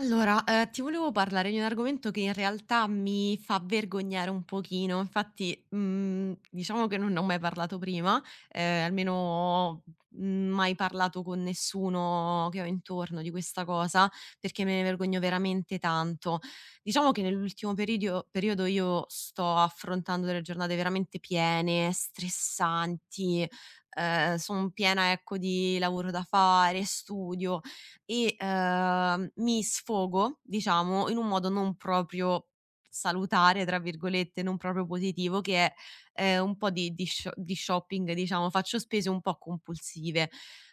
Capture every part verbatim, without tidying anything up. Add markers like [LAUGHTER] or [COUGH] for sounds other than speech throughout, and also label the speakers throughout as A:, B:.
A: Allora, ehm, ti volevo parlare di un argomento che in realtà mi fa vergognare un pochino. Infatti, mhmm, diciamo che non ne ho mai parlato prima, ehm, almeno, mhmm, mai parlato con nessuno che ho intorno di questa cosa, perché me ne vergogno veramente tanto. Diciamo che nell'ultimo peridio periodo io sto affrontando delle giornate veramente piene, stressanti, ehm, son piena, ecco, di lavoro da fare, studio e, ehm, mi sfogo, diciamo, in un modo non proprio "salutare", tra virgolette, non proprio positivo, che è, ehm, un po' di di sho di shopping, diciamo, faccio spese un po' compulsive.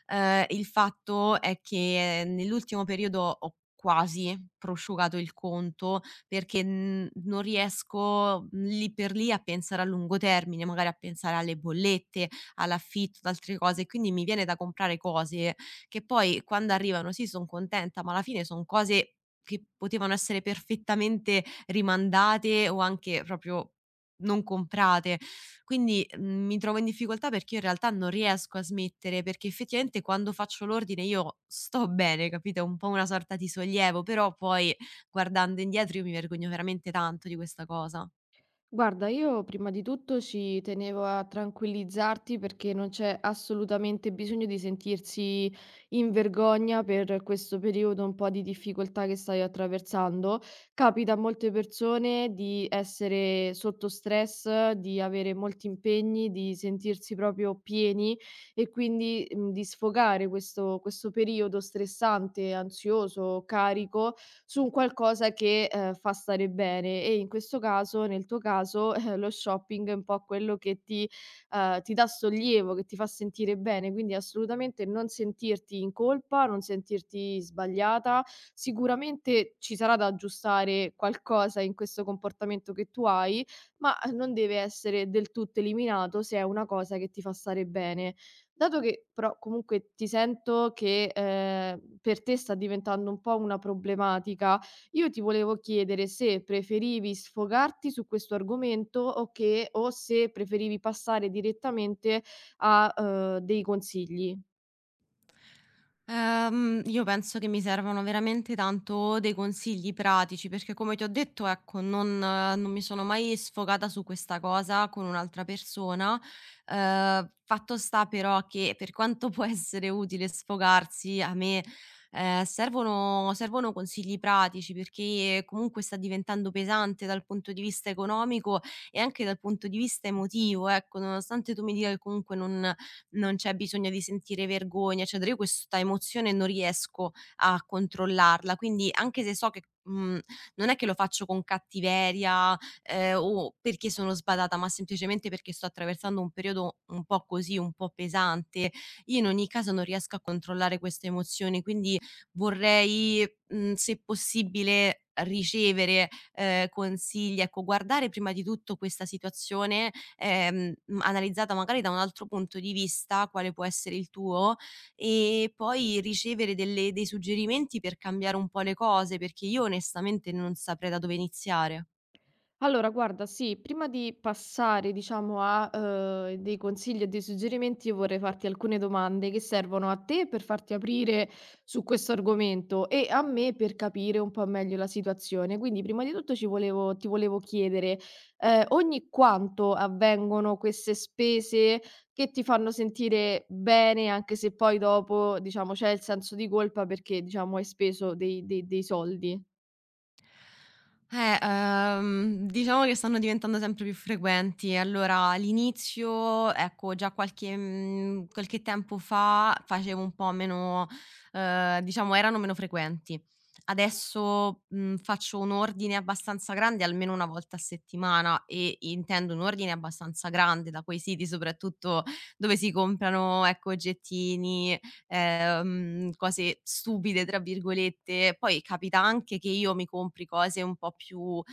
A: Ehm, il fatto è che nell'ultimo periodo ho quasi prosciugato il conto perché, mhmm, non riesco mm, lì per lì a pensare a lungo termine, magari a pensare alle bollette, all'affitto, ad altre cose, quindi mi viene da comprare cose che poi quando arrivano sì, son contenta, ma alla fine son cose che potevano essere perfettamente rimandate o anche proprio non comprate. Quindi, mhmm, mi trovo in difficoltà perché io in realtà non riesco a smettere, perché effettivamente quando faccio l'ordine io sto bene, capito, è un po' una sorta di sollievo, però poi guardando indietro io mi vergogno veramente tanto di questa cosa.
B: Guarda, io prima di tutto ci tenevo a tranquillizzarti perché non c'è assolutamente bisogno di sentirsi in vergogna per questo periodo un po' di difficoltà che stai attraversando. Capita a molte persone di essere sotto stress, di avere molti impegni, di sentirsi proprio pieni e quindi mm, di sfogare questo, questo periodo stressante, ansioso, carico su un qualcosa che, ehm, fa stare bene e in questo caso nel tuo caso, [LAUGHS] eh, lo shopping è un po' quello che ti ehm, ti dà sollievo, che ti fa sentire bene, quindi assolutamente non sentirti in colpa, non sentirti sbagliata. Sicuramente ci sarà da aggiustare qualcosa in questo comportamento che tu hai, ma non deve essere del tutto eliminato se è una cosa che ti fa stare bene. Dato che però comunque ti sento che, ehm, per te sta diventando un po' una problematica, io ti volevo chiedere se preferivi sfogarti su questo argomento o che o se preferivi passare direttamente a, uhm, dei consigli.
A: Ehm, io penso che mi servano veramente tanto dei consigli pratici, perché come ti ho detto, ecco, non, eh, non mi sono mai sfogata su questa cosa con un'altra persona. Eh, fatto sta però che per quanto [LAUGHS] può essere utile sfogarsi, a me eh, servono, servono consigli pratici perché comunque sta diventando pesante dal punto di vista economico e anche dal punto di vista emotivo. Ecco, nonostante tu mi dica che comunque non non c'è bisogno di sentire vergogna, eccetera. Io questa emozione non riesco a controllarla, quindi anche se so che, mhmm, non è che lo faccio con cattiveria, ehm, o perché sono sbadata, ma semplicemente perché sto attraversando un periodo un po' così, un po' pesante, io in ogni caso non riesco a controllare queste emozioni, quindi vorrei, mhmm, se possibile ricevere, ehm, consigli, ecco, guardare prima di tutto questa situazione ehm, mhmm, analizzata magari da un altro punto di vista, quale può essere il tuo, e poi ricevere delle dei suggerimenti per cambiare un po' le cose, perché io onestamente non saprei da dove iniziare.
B: Allora guarda, sì, prima di passare diciamo a, uhm, dei consigli e dei suggerimenti, io vorrei farti alcune domande che servono a te per farti aprire su questo argomento e a me per capire un po' meglio la situazione. Quindi prima di tutto ci volevo ti volevo chiedere, ehm, ogni quanto avvengono queste spese che ti fanno sentire bene, anche se poi dopo diciamo c'è il senso di colpa perché diciamo hai speso dei dei dei soldi?
A: Eh, ehm, diciamo che stanno diventando sempre più frequenti. Allora, all'inizio, ecco, già qualche, mhmm, qualche tempo fa facevo un po' meno ehm, diciamo erano meno frequenti. Adesso, mhmm, faccio un ordine abbastanza grande almeno una volta a settimana e intendo un ordine abbastanza grande da quei siti soprattutto dove si comprano, ecco, oggettini, ehm, cose "stupide" tra virgolette. Poi capita anche che io mi compri cose un po' più, uhm,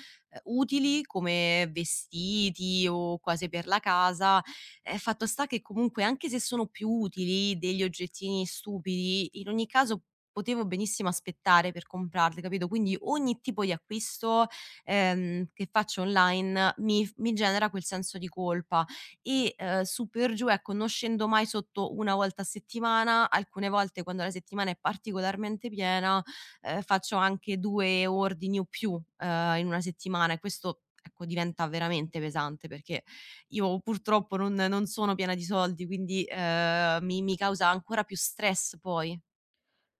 A: utili come vestiti o cose per la casa, ehm, fatto sta che comunque anche se sono più utili degli oggettini stupidi, in ogni caso potevo benissimo aspettare per comprarli, capito? Quindi ogni tipo di acquisto, ehm, che faccio online mi f mi genera quel senso di colpa e, ehm, su per giù, ecco, non scendo mai sotto una volta a settimana, alcune volte quando la settimana è particolarmente piena, ehm, faccio anche due ordini o più, ehm, in una settimana e questo, ecco, diventa veramente pesante perché io purtroppo non non sono piena di soldi, quindi, ehm, mi mi causa ancora più stress poi.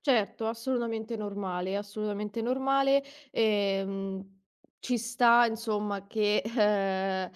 B: Certo, assolutamente normale, assolutamente normale. Ehm, Ci sta insomma che, ehm,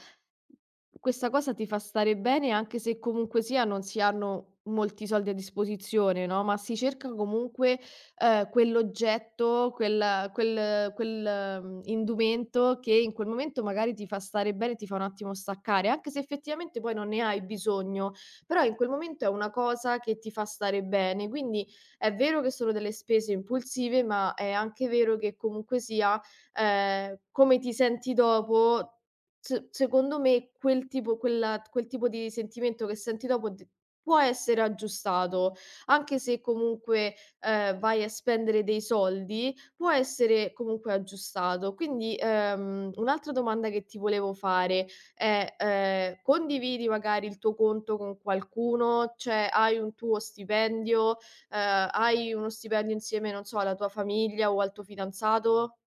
B: questa cosa ti fa stare bene anche se comunque sia non si hanno molti soldi a disposizione, no, ma si cerca comunque, ehm, quell'oggetto, quel quel quel, mhmm, indumento che in quel momento magari ti fa stare bene, ti fa un attimo staccare, anche se effettivamente poi non ne hai bisogno, però in quel momento è una cosa che ti fa stare bene. Quindi è vero che sono delle spese impulsive, ma è anche vero che comunque sia, ehm, come ti senti dopo, s secondo me quel tipo quella quel tipo di sentimento che senti dopo d può essere aggiustato. Anche se comunque, ehm, vai a spendere dei soldi, può essere comunque aggiustato. Quindi, ehm, un'altra domanda che ti volevo fare è, ehm, condividi magari il tuo conto con qualcuno? Cioè, hai un tuo stipendio? ehm, hai uno stipendio insieme, non so, alla tua famiglia o al tuo fidanzato?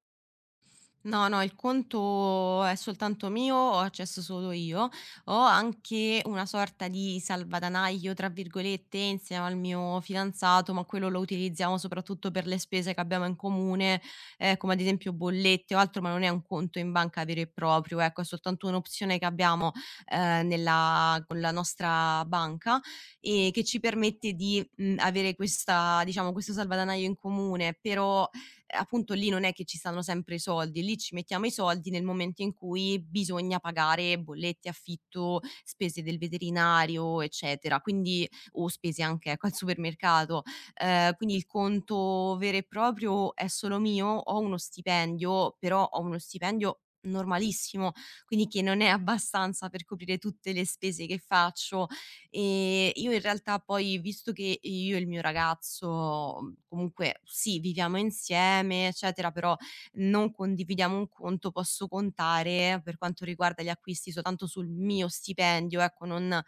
A: No, no, il conto è soltanto mio, ho accesso solo io. Ho anche una sorta di "salvadanaio", tra virgolette, insieme al mio fidanzato, ma quello lo utilizziamo soprattutto per le spese che abbiamo in comune, ehm, come ad esempio bollette o altro, ma non è un conto in banca vero e proprio, ecco, è soltanto un'opzione che abbiamo, ehm, nella con la nostra banca e che ci permette di, mhmm, avere questa diciamo, questo salvadanaio in comune, però eh, appunto lì non è che ci stanno sempre i soldi, lì ci mettiamo i soldi nel momento in cui bisogna pagare bollette, affitto, spese del veterinario, eccetera. Quindi o spese anche ecco, al supermercato. Ehm, quindi il conto vero e proprio è solo mio, ho uno stipendio, però ho uno stipendio normalissimo, quindi che non è abbastanza per coprire tutte le spese che faccio. Ehm, io in realtà poi visto che io e il mio ragazzo, mhmm, comunque sì, viviamo insieme, eccetera, però non condividiamo un conto, posso contare, per quanto riguarda gli acquisti, soltanto sul mio stipendio, ecco non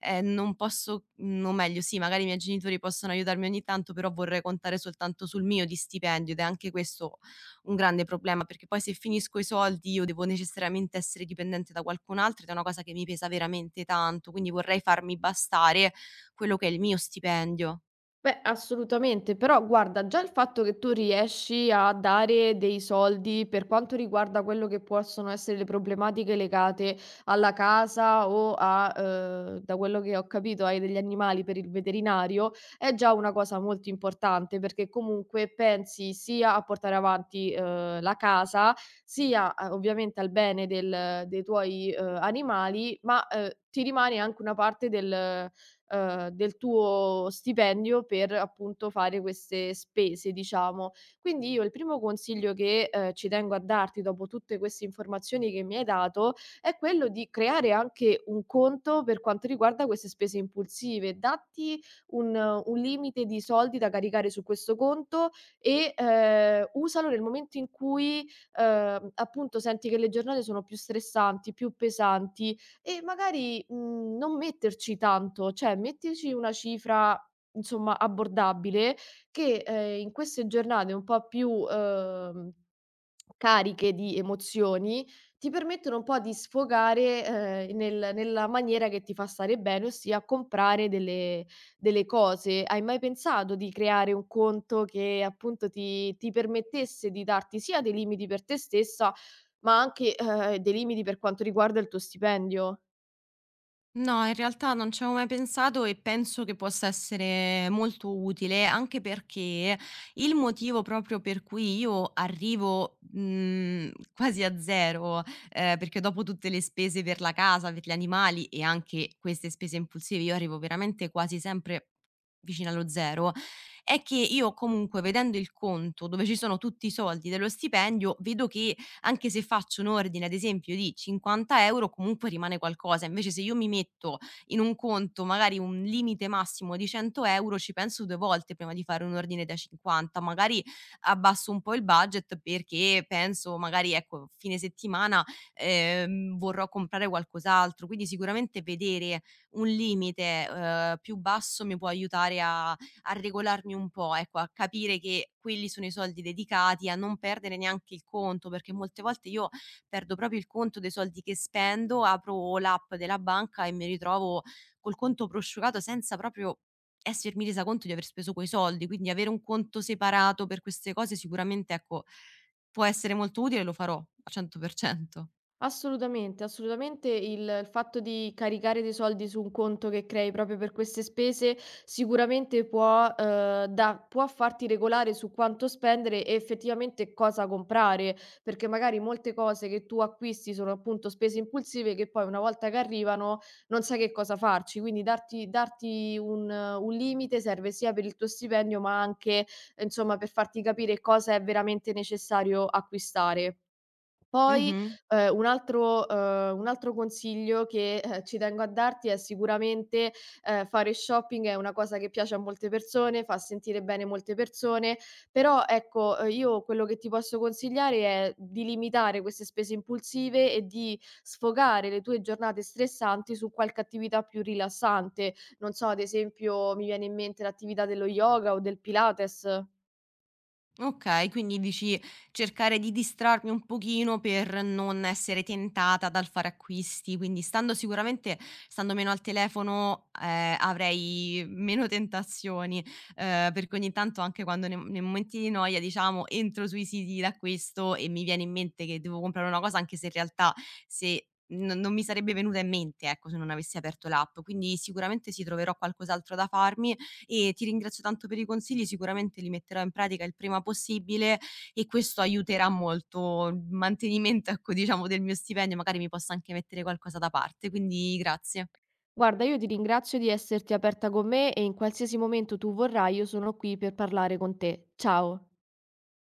A: ehm, non posso mhmm, o meglio sì, magari i miei genitori possono aiutarmi ogni tanto, però vorrei contare soltanto sul mio di stipendio ed è anche questo un grande problema, perché poi se finisco i soldi io devo necessariamente essere dipendente da qualcun altro ed è una cosa che mi pesa veramente tanto, quindi vorrei farmi bastare quello che è il mio stipendio.
B: Beh, assolutamente, però guarda, già il fatto che tu riesci a dare dei soldi per quanto riguarda quello che possono essere le problematiche legate alla casa o a, eh, da quello che ho capito, hai degli animali per il veterinario, è già una cosa molto importante perché comunque pensi sia a portare avanti, eh, la casa, sia eh, ovviamente al bene del- dei tuoi, eh, animali, ma, eh, ti rimane anche una parte del ehm, del tuo stipendio per appunto fare queste spese, diciamo. Quindi io il primo consiglio che, ehm, ci tengo a darti dopo tutte queste informazioni che mi hai dato, è quello di creare anche un conto per quanto riguarda queste spese impulsive. Datti un un limite di soldi da caricare su questo conto e, ehm, usalo nel momento in cui, ehm, appunto senti che le giornate sono più stressanti, più pesanti, e magari, mhmm, non metterci tanto, cioè mettici una cifra, insomma, abbordabile che, ehm, in queste giornate un po' più, uhm, cariche di emozioni, ti permettono un po' di sfogare, ehm, nel nella maniera che ti fa stare bene, ossia comprare delle delle cose. Hai mai pensato di creare un conto che appunto ti ti permettesse di darti sia dei limiti per te stessa, ma anche, ehm, dei limiti per quanto riguarda il tuo stipendio?
A: No, in realtà non ci avevo mai pensato e penso che possa essere molto utile, anche perché il motivo proprio per cui io arrivo, mhmm, quasi a zero, ehm, perché dopo tutte le spese per la casa, per gli animali e anche queste spese impulsive, io arrivo veramente quasi sempre vicino allo zero, è che io comunque vedendo il conto dove ci sono tutti i soldi dello stipendio, vedo che anche se faccio un ordine, ad esempio, di cinquanta euro, comunque rimane qualcosa. Invece se io mi metto in un conto magari un limite massimo di cento euro, ci penso due volte prima di fare un ordine da cinquanta. Magari abbasso un po' il budget perché penso magari, ecco, fine settimana, ehm, vorrò comprare qualcos'altro. Quindi sicuramente vedere un limite, uhm, più basso mi può aiutare a a regolarmi un po', ecco, a capire che quelli sono i soldi dedicati, a non perdere neanche il conto, perché molte volte io perdo proprio il conto dei soldi che spendo, apro l'app della banca e mi ritrovo col conto prosciugato senza proprio essermi resa conto di aver speso quei soldi, quindi avere un conto separato per queste cose sicuramente, ecco, può essere molto utile e lo farò al cento per cento.
B: Assolutamente, assolutamente il il fatto di caricare dei soldi su un conto che crei proprio per queste spese sicuramente può, uhm, da può farti regolare su quanto spendere e effettivamente cosa comprare, perché magari molte cose che tu acquisti sono appunto spese impulsive che poi una volta che arrivano non sai che cosa farci, quindi darti darti un eh, un limite serve sia per il tuo stipendio, ma anche, eh, insomma, per farti capire cosa è veramente necessario acquistare. Poi,
A: Mh-mh.
B: ehm, un altro ehm, un altro consiglio che, ehm, ci tengo a darti è sicuramente, ehm, fare shopping è una cosa che piace a molte persone, fa sentire bene molte persone, però ecco, ehm, io quello che ti posso consigliare è di limitare queste spese impulsive e di sfogare le tue giornate stressanti su qualche attività più rilassante. Non so, ad esempio mi viene in mente l'attività dello yoga o del Pilates.
A: Okay, quindi dici cercare di distrarmi un pochino per non essere tentata dal fare acquisti, quindi stando sicuramente stando meno al telefono, ehm, avrei meno tentazioni, ehm, perché ogni tanto anche quando ne nei momenti di noia, diciamo, entro sui siti d'acquisto e mi viene in mente che devo comprare una cosa, anche se in realtà se non non mi sarebbe venuta in mente, ecco, se non avessi aperto l'app. Quindi sicuramente sì, troverò qualcos'altro da farmi e ti ringrazio tanto per i consigli, sicuramente li metterò in pratica il prima possibile e questo aiuterà molto il mantenimento, ecco, diciamo del mio stipendio, magari mi posso anche mettere qualcosa da parte, quindi grazie.
B: Guarda, io ti ringrazio di esserti aperta con me e in qualsiasi momento tu vorrai, io sono qui per parlare con te. Ciao.